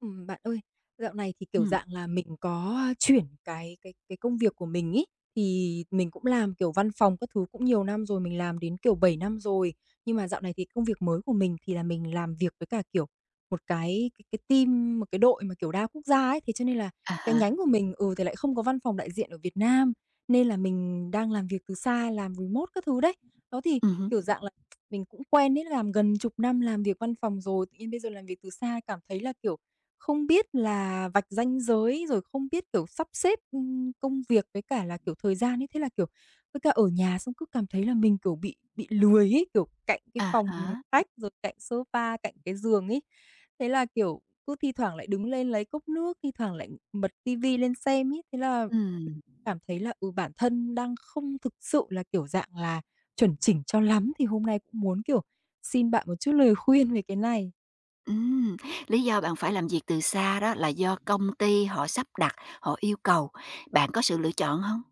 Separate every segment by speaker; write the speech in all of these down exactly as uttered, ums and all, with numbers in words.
Speaker 1: Ừm, bạn ơi, dạo này thì, kiểu
Speaker 2: Ừm,
Speaker 1: dạng là, mình có chuyển cái cái cái công việc của mình ấy, thì mình cũng làm, kiểu, văn phòng các thứ cũng nhiều năm rồi, mình làm đến, kiểu, bảy năm rồi. Nhưng mà dạo này thì công việc mới của mình thì là mình làm việc với cả, kiểu, một cái cái cái team, một cái đội mà, kiểu, đa quốc gia ấy, thế cho nên là
Speaker 2: à
Speaker 1: cái
Speaker 2: há,
Speaker 1: nhánh của mình, ừ, thì lại không có văn phòng đại diện ở Việt Nam, nên là mình đang làm việc từ xa, làm remote các thứ đấy. Đó, thì,
Speaker 2: ừm hứm,
Speaker 1: kiểu dạng là, mình cũng quen ấy, làm gần chục năm làm việc văn phòng rồi, tự nhiên bây giờ làm việc từ xa cảm thấy là, kiểu không biết là vạch ranh giới, rồi không biết, kiểu, sắp xếp, ưm, công việc với cả là, kiểu, thời gian ấy. Thế là, kiểu, với cả ở nhà xong cứ cảm thấy là mình, kiểu, bị bị lười ấy, kiểu, cạnh cái
Speaker 2: à
Speaker 1: phòng
Speaker 2: há,
Speaker 1: khách, rồi cạnh sofa, cạnh cái giường ấy. Thế là, kiểu, cứ thi thoảng lại đứng lên lấy cốc nước, thi thoảng lại bật tivi lên xem ấy. Thế là
Speaker 2: ừm,
Speaker 1: cảm thấy là, ừ, bản thân đang không thực sự là, kiểu, dạng là chuẩn chỉnh cho lắm, thì hôm nay cũng muốn, kiểu, xin bạn một chút lời khuyên về cái này.
Speaker 2: ừm. Lý do bạn phải làm việc từ xa đó là do công ty họ sắp đặt, họ yêu cầu, bạn có sự lựa chọn hông?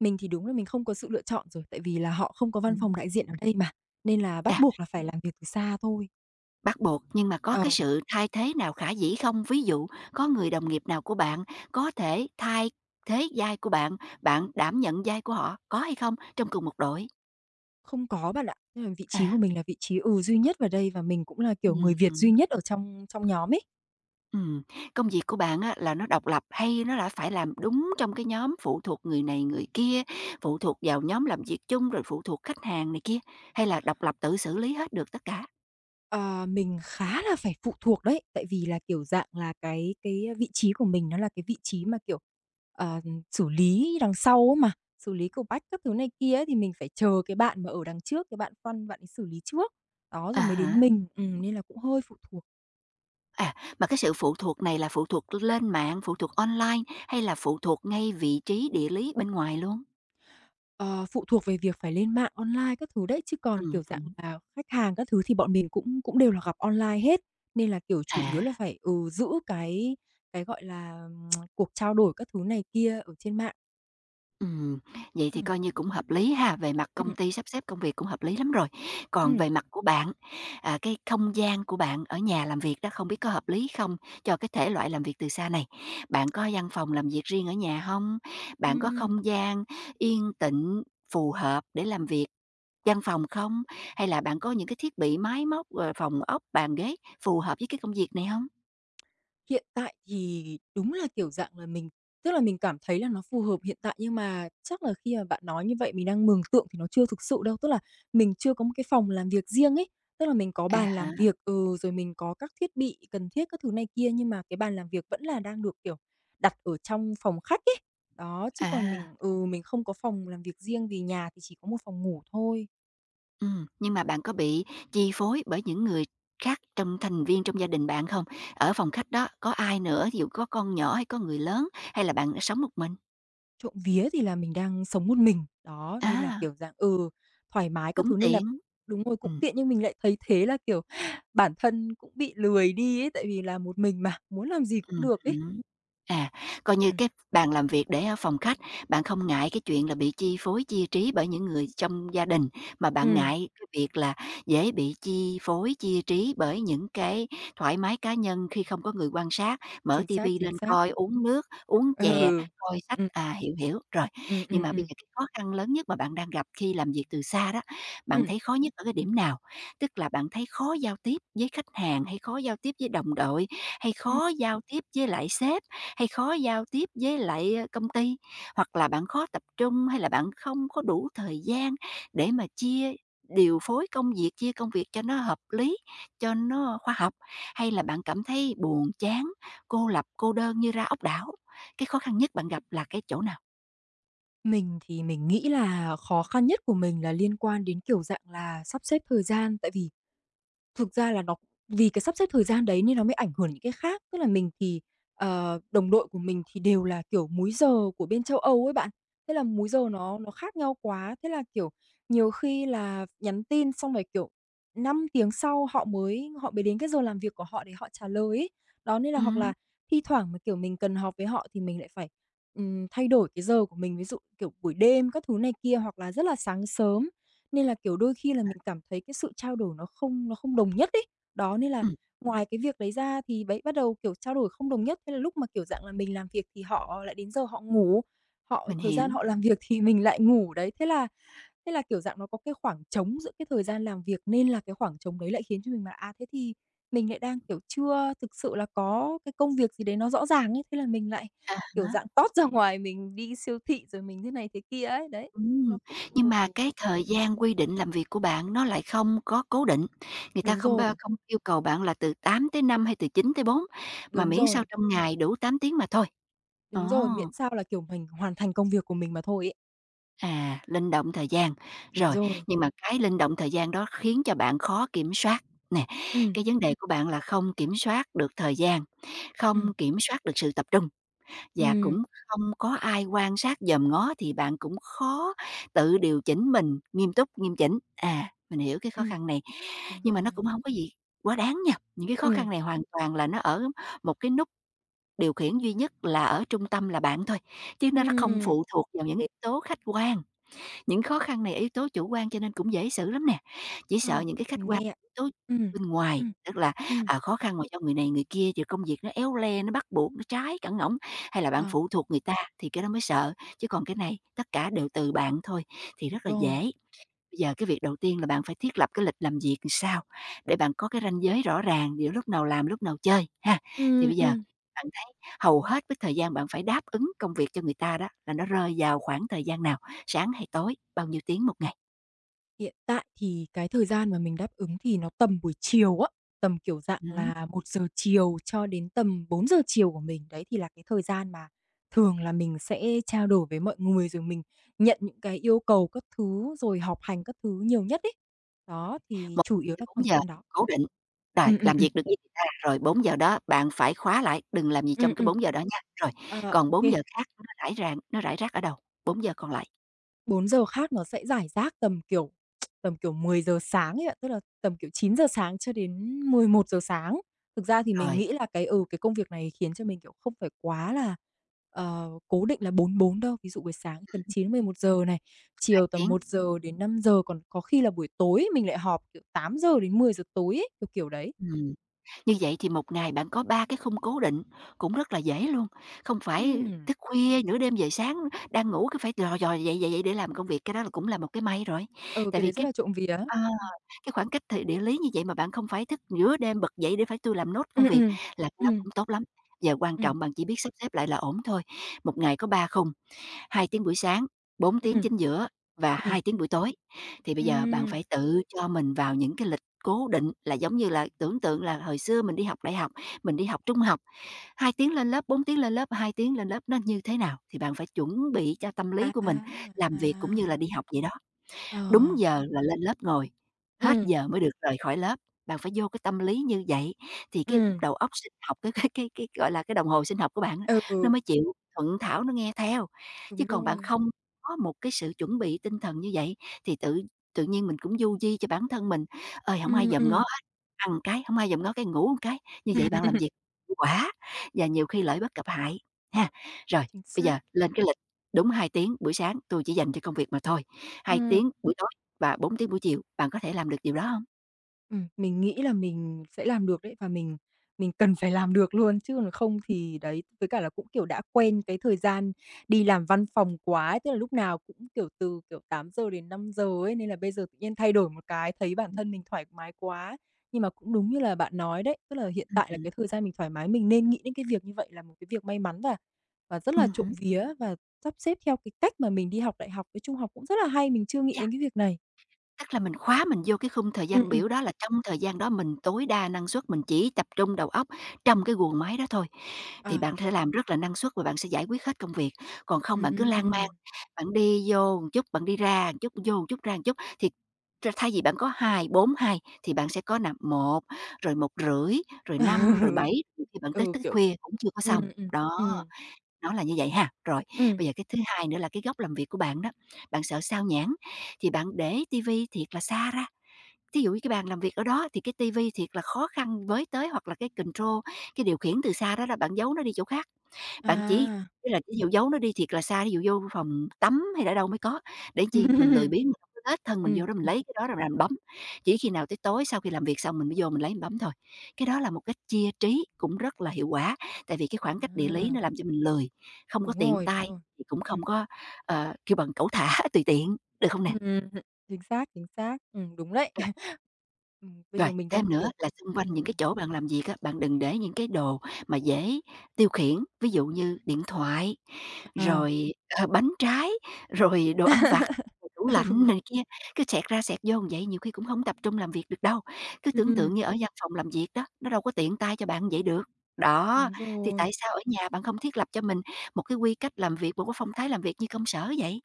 Speaker 1: Mình thì đúng là mình không có sự lựa chọn rồi, tại vì là họ không có văn
Speaker 2: Ừm,
Speaker 1: phòng đại diện ở đây mà, nên là bắt
Speaker 2: à,
Speaker 1: buộc là phải làm việc từ xa thôi.
Speaker 2: bắt buộc, nhưng mà có cái
Speaker 1: Ờ,
Speaker 2: sự thay thế nào khả dĩ không? Ví dụ có người đồng nghiệp nào của bạn có thể thay thế vai của bạn, bạn đảm nhận vai của họ, có hay không trong cùng một đội?
Speaker 1: không có bạn ạ. Tức là vị trí
Speaker 2: À,
Speaker 1: của mình là vị trí, ừ, duy nhất vào đây và mình cũng là, kiểu,
Speaker 2: ừm
Speaker 1: người Việt
Speaker 2: hứm.
Speaker 1: duy nhất ở trong trong nhóm ấy.
Speaker 2: Ừm, công việc của bạn á là nó độc lập hay nó là phải làm đúng trong cái nhóm phụ thuộc người này người kia, phụ thuộc vào nhóm làm việc chung rồi phụ thuộc khách hàng này kia, hay là độc lập tự xử lý hết được tất cả?
Speaker 1: Ờ, mình khá là phải phụ thuộc đấy, tại vì là, kiểu, dạng là cái cái vị trí của mình nó là cái vị trí mà, kiểu, ờ, xử lý đằng sau á mà, xử lý cầu bách các thứ này kia ấy, thì mình phải chờ cái bạn mà ở đằng trước, cái bạn front bạn ấy xử lý trước, đó,
Speaker 2: À
Speaker 1: rồi mới
Speaker 2: há,
Speaker 1: đến mình, ừm, nên là cũng hơi phụ thuộc.
Speaker 2: à, mà cái sự phụ thuộc này là phụ thuộc lên mạng, phụ thuộc online hay là phụ thuộc ngay vị trí địa lý bên ngoài luôn?
Speaker 1: Ờ, phụ thuộc về việc phải lên mạng online các thứ đấy, chứ còn, kiểu, dạng
Speaker 2: Ừm
Speaker 1: là khách hàng các thứ thì bọn mình cũng cũng đều là gặp online hết. Nên là, kiểu, chủ yếu là
Speaker 2: à.
Speaker 1: phải, ừ, giữ cái cái, gọi là, cuộc trao đổi các thứ này kia ở trên mạng.
Speaker 2: Ừm, vậy thì
Speaker 1: Ừm,
Speaker 2: coi như cũng hợp lý ha, về mặt công
Speaker 1: ừm,
Speaker 2: ty sắp xếp công việc cũng hợp lý lắm rồi. Còn
Speaker 1: ừm.
Speaker 2: về mặt của bạn, à, cái không gian của bạn ở nhà làm việc đó không biết có hợp lý không cho cái thể loại làm việc từ xa này? Bạn có văn phòng làm việc riêng ở nhà không? Bạn có
Speaker 1: Ừm.
Speaker 2: không gian yên tĩnh phù hợp để làm việc văn phòng không? Hay là bạn có những cái thiết bị máy móc, rồi phòng ốc, bàn ghế phù hợp với cái công việc này không?
Speaker 1: Hiện tại thì đúng là, kiểu dạng là, mình tức là mình cảm thấy là nó phù hợp hiện tại, nhưng mà chắc là khi mà bạn nói như vậy mình đang mường tượng thì nó chưa thực sự đâu. Tức là mình chưa có một cái phòng làm việc riêng ấy, tức là mình có
Speaker 2: À
Speaker 1: bàn làm
Speaker 2: há,
Speaker 1: việc, ừ, rồi mình có các thiết bị cần thiết các thứ này kia, nhưng mà cái bàn làm việc vẫn là đang được, kiểu, đặt ở trong phòng khách ấy. Đó, chứ còn
Speaker 2: à.
Speaker 1: mình ừ, mình không có phòng làm việc riêng vì nhà thì chỉ có một phòng ngủ thôi.
Speaker 2: Ừm, nhưng mà bạn có bị chi phối bởi những người khác trong thành viên trong gia đình bạn không? Ở phòng khách đó có ai nữa, ví dụ có con nhỏ hay có người lớn, hay là bạn sống một mình?
Speaker 1: Trộm vía thì là mình đang sống một mình, đó, nên là,
Speaker 2: À,
Speaker 1: kiểu dạng, ừ, thoải mái các
Speaker 2: cũng
Speaker 1: thứ nên là
Speaker 2: tiện.
Speaker 1: đúng rồi, cũng
Speaker 2: Ừm.
Speaker 1: tiện nhưng mình lại thấy thế là, kiểu, bản thân cũng bị lười đi ấy, tại vì là một mình mà, muốn làm gì cũng
Speaker 2: Ừm
Speaker 1: được ấy.
Speaker 2: hứm. À, coi như
Speaker 1: Ừm,
Speaker 2: cái bàn làm việc để ở phòng khách, bạn không ngại cái chuyện là bị chi phối, chia trí bởi những người trong gia đình, mà bạn
Speaker 1: ừm,
Speaker 2: ngại cái việc là dễ bị chi phối, chia trí bởi những cái thoải mái cá nhân khi không có người quan sát, mở
Speaker 1: chính
Speaker 2: ti
Speaker 1: xác,
Speaker 2: vi
Speaker 1: chính
Speaker 2: lên
Speaker 1: xác.
Speaker 2: coi, uống nước, uống chè,
Speaker 1: Ừ.
Speaker 2: coi sách.
Speaker 1: Ừm,
Speaker 2: À, hiểu, hiểu, rồi.
Speaker 1: ừm,
Speaker 2: Nhưng
Speaker 1: ừm,
Speaker 2: mà bây
Speaker 1: ừm,
Speaker 2: giờ cái khó khăn lớn nhất mà bạn đang gặp khi làm việc từ xa đó, bạn
Speaker 1: ừm,
Speaker 2: thấy khó nhất ở cái điểm nào? Tức là bạn thấy khó giao tiếp với khách hàng, hay khó giao tiếp với đồng đội, hay
Speaker 1: ừm.
Speaker 2: khó giao tiếp với lại sếp, hay khó giao tiếp với lại, ơ, công ty, hoặc là bạn khó tập trung, hay là bạn không có đủ thời gian để mà chia điều phối công việc, chia công việc cho nó hợp lý, cho nó khoa học, hay là bạn cảm thấy buồn chán, cô lập, cô đơn như ra ốc đảo? Cái khó khăn nhất bạn gặp là cái chỗ nào?
Speaker 1: Mình thì mình nghĩ là khó khăn nhất của mình là liên quan đến, kiểu dạng là, sắp xếp thời gian, tại vì Thực ra là nó vì cái sắp xếp thời gian đấy nên nó mới ảnh hưởng những cái khác. Tức là mình thì ờ, đồng đội của mình thì đều là, kiểu, múi giờ của bên châu Âu ấy bạn. Thế là múi giờ nó nó khác nhau quá, thế là, kiểu, nhiều khi là nhắn tin xong rồi, kiểu, năm tiếng sau họ mới họ mới đến cái giờ làm việc của họ để họ trả lời ấy. Đó, nên là hoặc
Speaker 2: Ừm,
Speaker 1: là thi thoảng mà, kiểu, mình cần họp với họ thì mình lại phải, ừm, thay đổi cái giờ của mình, ví dụ, kiểu, buổi đêm các thứ này kia hoặc là rất là sáng sớm. Nên là, kiểu, đôi khi là mình cảm thấy cái sự trao đổi nó không nó không đồng nhất ấy. Đó, nên là
Speaker 2: ừm,
Speaker 1: ngoài cái việc đấy ra thì đấy, bắt đầu, kiểu, trao đổi không đồng nhất, thế là lúc mà, kiểu dạng là, mình làm việc thì họ lại đến giờ họ ngủ, họ
Speaker 2: mình
Speaker 1: thời
Speaker 2: hiểu.
Speaker 1: gian họ làm việc thì mình lại ngủ, đấy. Thế là thế là, kiểu dạng, nó có cái khoảng trống giữa cái thời gian làm việc, nên là cái khoảng trống đấy lại khiến cho mình mà "À, thế thì mình lại đang, kiểu, chưa thực sự là có cái công việc gì đấy nó rõ ràng ấy." Thế là mình lại,
Speaker 2: À.
Speaker 1: kiểu dạng, tót ra ngoài mình đi siêu thị rồi mình thế này thế kia ấy, đấy.
Speaker 2: Ừm,
Speaker 1: Nó cũng
Speaker 2: nhưng
Speaker 1: ừ,
Speaker 2: mà
Speaker 1: ừ,
Speaker 2: cái thời gian quy định làm việc của bạn nó lại không có cố định, người ta
Speaker 1: đúng
Speaker 2: không bao
Speaker 1: rồi.
Speaker 2: không yêu cầu bạn là từ tám tới năm hay từ chín tới bốn mà
Speaker 1: Đúng
Speaker 2: miễn sao
Speaker 1: rồi,
Speaker 2: trong ngày đủ tám tiếng mà thôi. Ồ,
Speaker 1: đúng rồi, miễn sao là, kiểu, mình hoàn thành công việc của mình mà thôi ấy.
Speaker 2: à, linh động thời gian.
Speaker 1: Đúng
Speaker 2: Rồi,
Speaker 1: rồi.
Speaker 2: nhưng mà cái linh động thời gian đó khiến cho bạn khó kiểm soát. Nè,
Speaker 1: Ừm,
Speaker 2: cái vấn đề của bạn là không kiểm soát được thời gian, không
Speaker 1: ừm,
Speaker 2: kiểm soát được sự tập trung. Và
Speaker 1: ừm,
Speaker 2: cũng không có ai quan sát dòm ngó thì bạn cũng khó tự điều chỉnh mình nghiêm túc, nghiêm chỉnh. À, mình hiểu cái khó
Speaker 1: ừm,
Speaker 2: khăn này,
Speaker 1: đúng
Speaker 2: nhưng mà nó
Speaker 1: rồi.
Speaker 2: cũng hông có gì quá đáng nha. Những cái khó
Speaker 1: Ừm,
Speaker 2: khăn này hoàn toàn là nó ở một cái nút điều khiển duy nhất là ở trung tâm là bạn thôi, chứ nó nó không
Speaker 1: ừm,
Speaker 2: phụ thuộc vào những yếu tố khách quan. Những khó khăn này ở yếu tố chủ quan cho nên cũng dễ xử lắm nè, chỉ sợ
Speaker 1: ờ,
Speaker 2: những cái khách
Speaker 1: mình
Speaker 2: quan,
Speaker 1: nghe ạ.
Speaker 2: yếu tố
Speaker 1: Ừm,
Speaker 2: bên ngoài,
Speaker 1: ừm,
Speaker 2: tức là,
Speaker 1: ừm,
Speaker 2: à, khó khăn mà do người này người kia, rồi công việc nó éo le, nó bắt buộc, nó trái cẳng ngỗng, hay là bạn
Speaker 1: ờ,
Speaker 2: phụ thuộc người ta thì cái đó mới sợ, chứ còn cái này tất cả đều từ bạn thôi thì rất là
Speaker 1: đúng rồi.
Speaker 2: dễ. Bây giờ cái việc đầu tiên là bạn phải thiết lập cái lịch làm việc làm sao để bạn có cái ranh giới rõ ràng giữa lúc nào làm, lúc nào chơi ha. Thì
Speaker 1: Ừm,
Speaker 2: bây giờ
Speaker 1: ừm.
Speaker 2: bạn thấy hầu hết cái thời gian bạn phải đáp ứng công việc cho người ta đó là nó rơi vào khoảng thời gian nào? Sáng hay tối? Bao nhiêu tiếng một ngày?
Speaker 1: Hiện tại thì cái thời gian mà mình đáp ứng thì nó tầm buổi chiều á, tầm, kiểu, dạng
Speaker 2: Ừm,
Speaker 1: là một giờ chiều cho đến tầm bốn giờ chiều của mình. Đấy thì là cái thời gian mà thường là mình sẽ trao đổi với mọi người, rồi mình nhận những cái yêu cầu các thứ, rồi họp hành các thứ nhiều nhất ấy. Đó, thì chủ yếu là
Speaker 2: bốn
Speaker 1: khoảng
Speaker 2: giờ
Speaker 1: thời gian đó.
Speaker 2: cố định, rồi
Speaker 1: Ừ ừ,
Speaker 2: làm
Speaker 1: ừ
Speaker 2: việc được với người ta, rồi bốn giờ đó bạn phải khóa lại, đừng làm gì
Speaker 1: ừ.
Speaker 2: trong cái
Speaker 1: ừm,
Speaker 2: bốn giờ đó nha. Rồi,
Speaker 1: ờ,
Speaker 2: còn
Speaker 1: ô
Speaker 2: bốn giờ khác nó rải rang nó rải rác ở đâu? Bốn giờ còn lại,
Speaker 1: Bốn giờ khác nó sẽ rải rác tầm, kiểu, tầm, kiểu, mười giờ sáng ấy ạ, tức là tầm, kiểu, chín giờ sáng cho đến mười một giờ sáng. Thực ra thì mình
Speaker 2: rồi,
Speaker 1: nghĩ là cái, ừ, cái công việc này khiến cho mình, kiểu, không phải quá là, ờ, cố định là bốn bốn đâu. Ví dụ buổi sáng tầm chín mười một giờ này, chiều tầm
Speaker 2: tiếng.
Speaker 1: một giờ đến năm giờ còn có khi là buổi tối mình lại họp, kiểu, tám giờ đến mười giờ tối ấy, kiểu, kiểu đấy.
Speaker 2: Ừm. Như vậy thì một ngày bạn có ba cái khung cố định, cũng rất là dễ luôn, không phải
Speaker 1: Ừm,
Speaker 2: thức khuya, nửa đêm về sáng, đang ngủ cứ phải lò dò dậy dậy dậy để làm công việc, cái đó là cũng là một cái may rồi.
Speaker 1: ừ,
Speaker 2: Tại
Speaker 1: cái
Speaker 2: vì
Speaker 1: đấy rất
Speaker 2: cái,
Speaker 1: là trộm vía.
Speaker 2: ờ, cái khoảng cách thời địa lý như vậy mà bạn không phải thức nửa đêm bật dậy để phải tôi làm nốt công
Speaker 1: Ừm,
Speaker 2: việc
Speaker 1: ừm,
Speaker 2: là cái đó
Speaker 1: ừm,
Speaker 2: cũng tốt lắm. Giờ quan
Speaker 1: ừm,
Speaker 2: trọng bạn chỉ biết sắp xếp lại là ổn thôi, một ngày có ba khung, hai tiếng buổi sáng, bốn
Speaker 1: ừm,
Speaker 2: tiếng
Speaker 1: ừm,
Speaker 2: chính giữa và
Speaker 1: ừm,
Speaker 2: hai tiếng buổi tối. Thì bây giờ bạn
Speaker 1: ừm.
Speaker 2: phải tự cho mình vào những cái lịch cố định là giống như là tưởng tượng là hồi xưa mình đi học đại học, mình đi học trung học, hai tiếng lên lớp, bốn tiếng lên lớp, hai tiếng lên lớp nó như thế nào thì bạn phải chuẩn bị cho tâm lý
Speaker 1: À,
Speaker 2: của mình làm
Speaker 1: à.
Speaker 2: việc cũng như là đi học vậy đó,
Speaker 1: Ờ.
Speaker 2: đúng giờ là lên lớp ngồi, hết
Speaker 1: Ừm,
Speaker 2: giờ mới được rời khỏi lớp. Bạn phải vô cái tâm lý như vậy thì cái
Speaker 1: ừm.
Speaker 2: đầu óc sinh học, cái cái cái cái, gọi là, cái đồng hồ sinh học của bạn á, nó
Speaker 1: Ừ,
Speaker 2: mới chịu thuận thảo nó nghe theo. Chứ
Speaker 1: đúng
Speaker 2: còn bạn
Speaker 1: rồi.
Speaker 2: không có một cái sự chuẩn bị tinh thần như vậy thì tự tự nhiên mình cũng du di cho bản thân mình, "Ơi, không ai
Speaker 1: Ừm,
Speaker 2: dòm ngó
Speaker 1: ừm.
Speaker 2: hết, ăn một cái, không ai dòm ngó cái, ngủ một cái." Như vậy bạn làm việc hiệu quả và nhiều khi lợi bất cập hại, ha. Rồi,
Speaker 1: Chính
Speaker 2: bây
Speaker 1: xác.
Speaker 2: giờ lên cái đúng hai tiếng buổi sáng tôi chỉ dành cho công việc mà thôi, hai
Speaker 1: Ừm.
Speaker 2: tiếng buổi tối và bốn tiếng buổi chiều. Bạn có thể làm được điều đó hông?
Speaker 1: Ừm, mình nghĩ là mình sẽ làm được đấy, và mình mình cần phải làm được luôn, chứ còn không thì đấy, với cả là cũng, kiểu, đã quen cái thời gian đi làm văn phòng quá ấy, tức là lúc nào cũng, kiểu, từ, kiểu, tám giờ đến năm giờ ấy, nên là bây giờ tự nhiên thay đổi một cái thấy bản thân mình thoải mái quá. Nhưng mà cũng đúng như là bạn nói đấy, tức là hiện
Speaker 2: Ừm
Speaker 1: tại là
Speaker 2: hứm,
Speaker 1: cái thời gian mình thoải mái, mình nên nghĩ đến cái việc như vậy là một cái việc may mắn và và rất là
Speaker 2: ừm hứm,
Speaker 1: trộm
Speaker 2: yeah.
Speaker 1: vía và sắp xếp theo cái cách mà mình đi học đại học với trung học cũng rất là hay, mình chưa nghĩ đến cái việc này.
Speaker 2: Tức là mình khóa mình vô cái khung thời
Speaker 1: Ừm,
Speaker 2: gian
Speaker 1: ừm.
Speaker 2: biểu đó là trong thời gian đó mình tối đa năng suất, mình chỉ tập trung đầu óc trong cái guồng máy đó thôi, thì
Speaker 1: À,
Speaker 2: bạn sẽ làm rất là năng suất và bạn sẽ giải quyết hết công việc. Còn không bạn cứ lan man,
Speaker 1: ừm.
Speaker 2: bạn đi vô một chút, bạn đi ra một chút, vô một chút, ra một chút thì r thay vì bạn có hai bốn hai thì bạn sẽ có nà một rồi một rưỡi rồi
Speaker 1: Ừ.
Speaker 2: năm rồi bảy thì bạn tới
Speaker 1: Ừ,
Speaker 2: tới
Speaker 1: kiểu
Speaker 2: khuya cũng chưa có
Speaker 1: ừm,
Speaker 2: xong.
Speaker 1: ừm,
Speaker 2: Đó.
Speaker 1: ừm,
Speaker 2: Nó là như vậy ha. Rồi,
Speaker 1: ừm,
Speaker 2: bây giờ cái thứ hai nữa là cái góc làm việc của bạn đó, bạn sợ sao nhãng thì bạn để tivi thiệt là xa ra. Thí dụ như cái bàn làm việc ở đó thì cái tivi thiệt là khó khăn với tới hoặc là cái control, cái điều khiển từ xa đó là bạn giấu nó đi chỗ khác. Bạn chỉ
Speaker 1: à.
Speaker 2: ý là thí dụ giấu nó đi thiệt là xa, thí dụ vô phòng tắm hay ở đâu mới có, để chi mình lười biếng mình hông có lết thân mình
Speaker 1: Ừm,
Speaker 2: vô đó mình
Speaker 1: ừm,
Speaker 2: lấy cái đó rồi mình bấm. Chỉ khi nào tới tối sau khi làm việc xong mình mới vô mình lấy mình bấm thôi. Cái đó là một cách chia trí cũng rất là hiệu quả, tại vì cái khoảng cách địa lý
Speaker 1: à,
Speaker 2: nó làm cho mình lười, không có
Speaker 1: đúng
Speaker 2: tiện
Speaker 1: rồi, đúng
Speaker 2: tay
Speaker 1: rồi.
Speaker 2: thì cũng không
Speaker 1: Ừm,
Speaker 2: có, ờ, kêu bằng, cẩu thả, tùy tiện, được không nè?
Speaker 1: ừm, chính xác, chính xác, ừm, đúng đấy.
Speaker 2: Rồi.
Speaker 1: Ừm, bây
Speaker 2: Rồi,
Speaker 1: giờ mình
Speaker 2: thêm
Speaker 1: đang,
Speaker 2: nữa
Speaker 1: kiểu
Speaker 2: là xung quanh
Speaker 1: ừ,
Speaker 2: những cái chỗ bạn làm việc á, bạn đừng để những cái đồ mà dễ tiêu khiển, ví dụ như điện thoại,
Speaker 1: à.
Speaker 2: rồi, ờ, bánh trái, rồi đồ ăn vặt, rồi tủ lạnh
Speaker 1: Ừ,
Speaker 2: này kia, cứ xẹt ra xẹt vô như vậy nhiều khi cũng không tập trung làm việc được đâu. Cứ tưởng tượng
Speaker 1: ừm,
Speaker 2: như ở văn phòng làm việc đó, nó đâu có tiện tay cho bạn vậy được. Đó,
Speaker 1: đúng
Speaker 2: thì tại
Speaker 1: rồi,
Speaker 2: sao ở nhà bạn không thiết lập cho mình một cái quy cách làm việc, một cái phong thái làm việc như công sở vậy?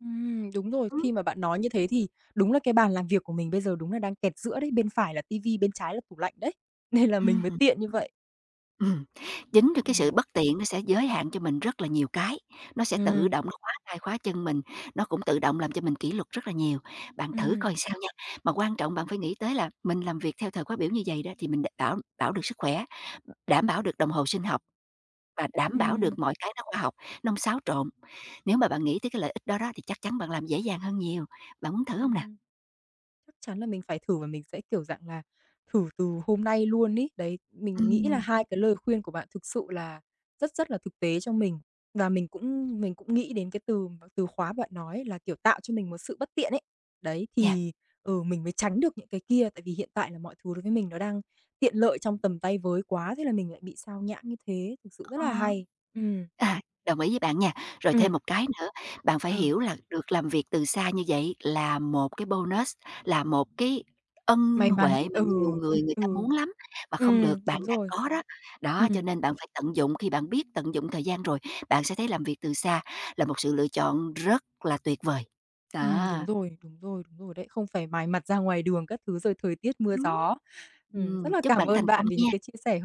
Speaker 1: ừm, đúng rồi.
Speaker 2: Ừm.
Speaker 1: Khi mà bạn nói như thế thì đúng là cái bàn làm việc của mình bây giờ đúng là đang kẹt giữa đấy, bên phải là tivi, bên trái là tủ lạnh đấy, nên là mình mới
Speaker 2: Ừm.
Speaker 1: tiện như vậy.
Speaker 2: Ừm, chính từ cái sự
Speaker 1: Ừm,
Speaker 2: bất tiện nó sẽ giới hạn cho mình rất là nhiều cái, nó sẽ tự
Speaker 1: ừm,
Speaker 2: động nó khóa tay khóa chân mình, nó cũng tự động làm cho mình kỷ luật rất là nhiều. Bạn thử
Speaker 1: ừm,
Speaker 2: coi sao nha, mà quan trọng bạn phải nghĩ tới là mình làm việc theo thời khóa biểu như vậy đó thì mình đ bảo bảo được sức khỏe, đảm bảo được đồng hồ sinh học và đảm bảo được
Speaker 1: ừm,
Speaker 2: mọi cái nó khoa học, nó hông xáo trộn. Nếu mà bạn nghĩ tới cái lợi ích đó đó thì chắc chắn bạn làm dễ dàng hơn nhiều. Bạn muốn thử không nè?
Speaker 1: ừm. Chắc chắn là mình phải thử và mình sẽ, kiểu dạng là, thử từ hôm nay luôn ấy. Đấy, mình nghĩ là
Speaker 2: Ừm.
Speaker 1: hai cái lời khuyên của bạn thực sự là rất rất là thực tế cho mình. Và mình cũng mình cũng nghĩ đến cái từ từ khóa bạn nói là, kiểu, tạo cho mình một sự bất tiện ấy. Đấy,
Speaker 2: Yeah.
Speaker 1: thì, ừ, mình mới tránh được những cái kia, tại vì hiện tại là mọi thứ đối với mình nó đang tiện lợi trong tầm tay với quá, thế là mình lại bị sao nhãng như thế, thực sự rất
Speaker 2: Ờ.
Speaker 1: là hay. Ừm,
Speaker 2: À, đồng ý với bạn nha. Rồi thêm
Speaker 1: ừm,
Speaker 2: một cái nữa, bạn phải
Speaker 1: ờ,
Speaker 2: hiểu là được làm việc từ xa như vậy là một cái bonus, là một cái ân
Speaker 1: may
Speaker 2: huệ
Speaker 1: mắn,
Speaker 2: mà
Speaker 1: ừ,
Speaker 2: nhiều
Speaker 1: ừm,
Speaker 2: người người ta
Speaker 1: ừ,
Speaker 2: muốn lắm, mà không được bạn
Speaker 1: đúng
Speaker 2: đang
Speaker 1: rồi.
Speaker 2: có đó. Đó, cho
Speaker 1: Ừm.
Speaker 2: nên bạn phải tận dụng, khi bạn biết tận dụng thời gian rồi, bạn sẽ thấy làm việc từ xa là một sự lựa chọn rất là tuyệt vời.
Speaker 1: Ừ đúng
Speaker 2: Đó.
Speaker 1: rồi, đúng rồi, đúng rồi đấy, không phải mài mặt ra ngoài đường các thứ rồi thời tiết mưa gió. Ừm,
Speaker 2: Ừm,
Speaker 1: rất là
Speaker 2: chúc
Speaker 1: cảm
Speaker 2: bạn thành
Speaker 1: ơn
Speaker 2: công
Speaker 1: bạn vì những
Speaker 2: nha.
Speaker 1: cái chia sẻ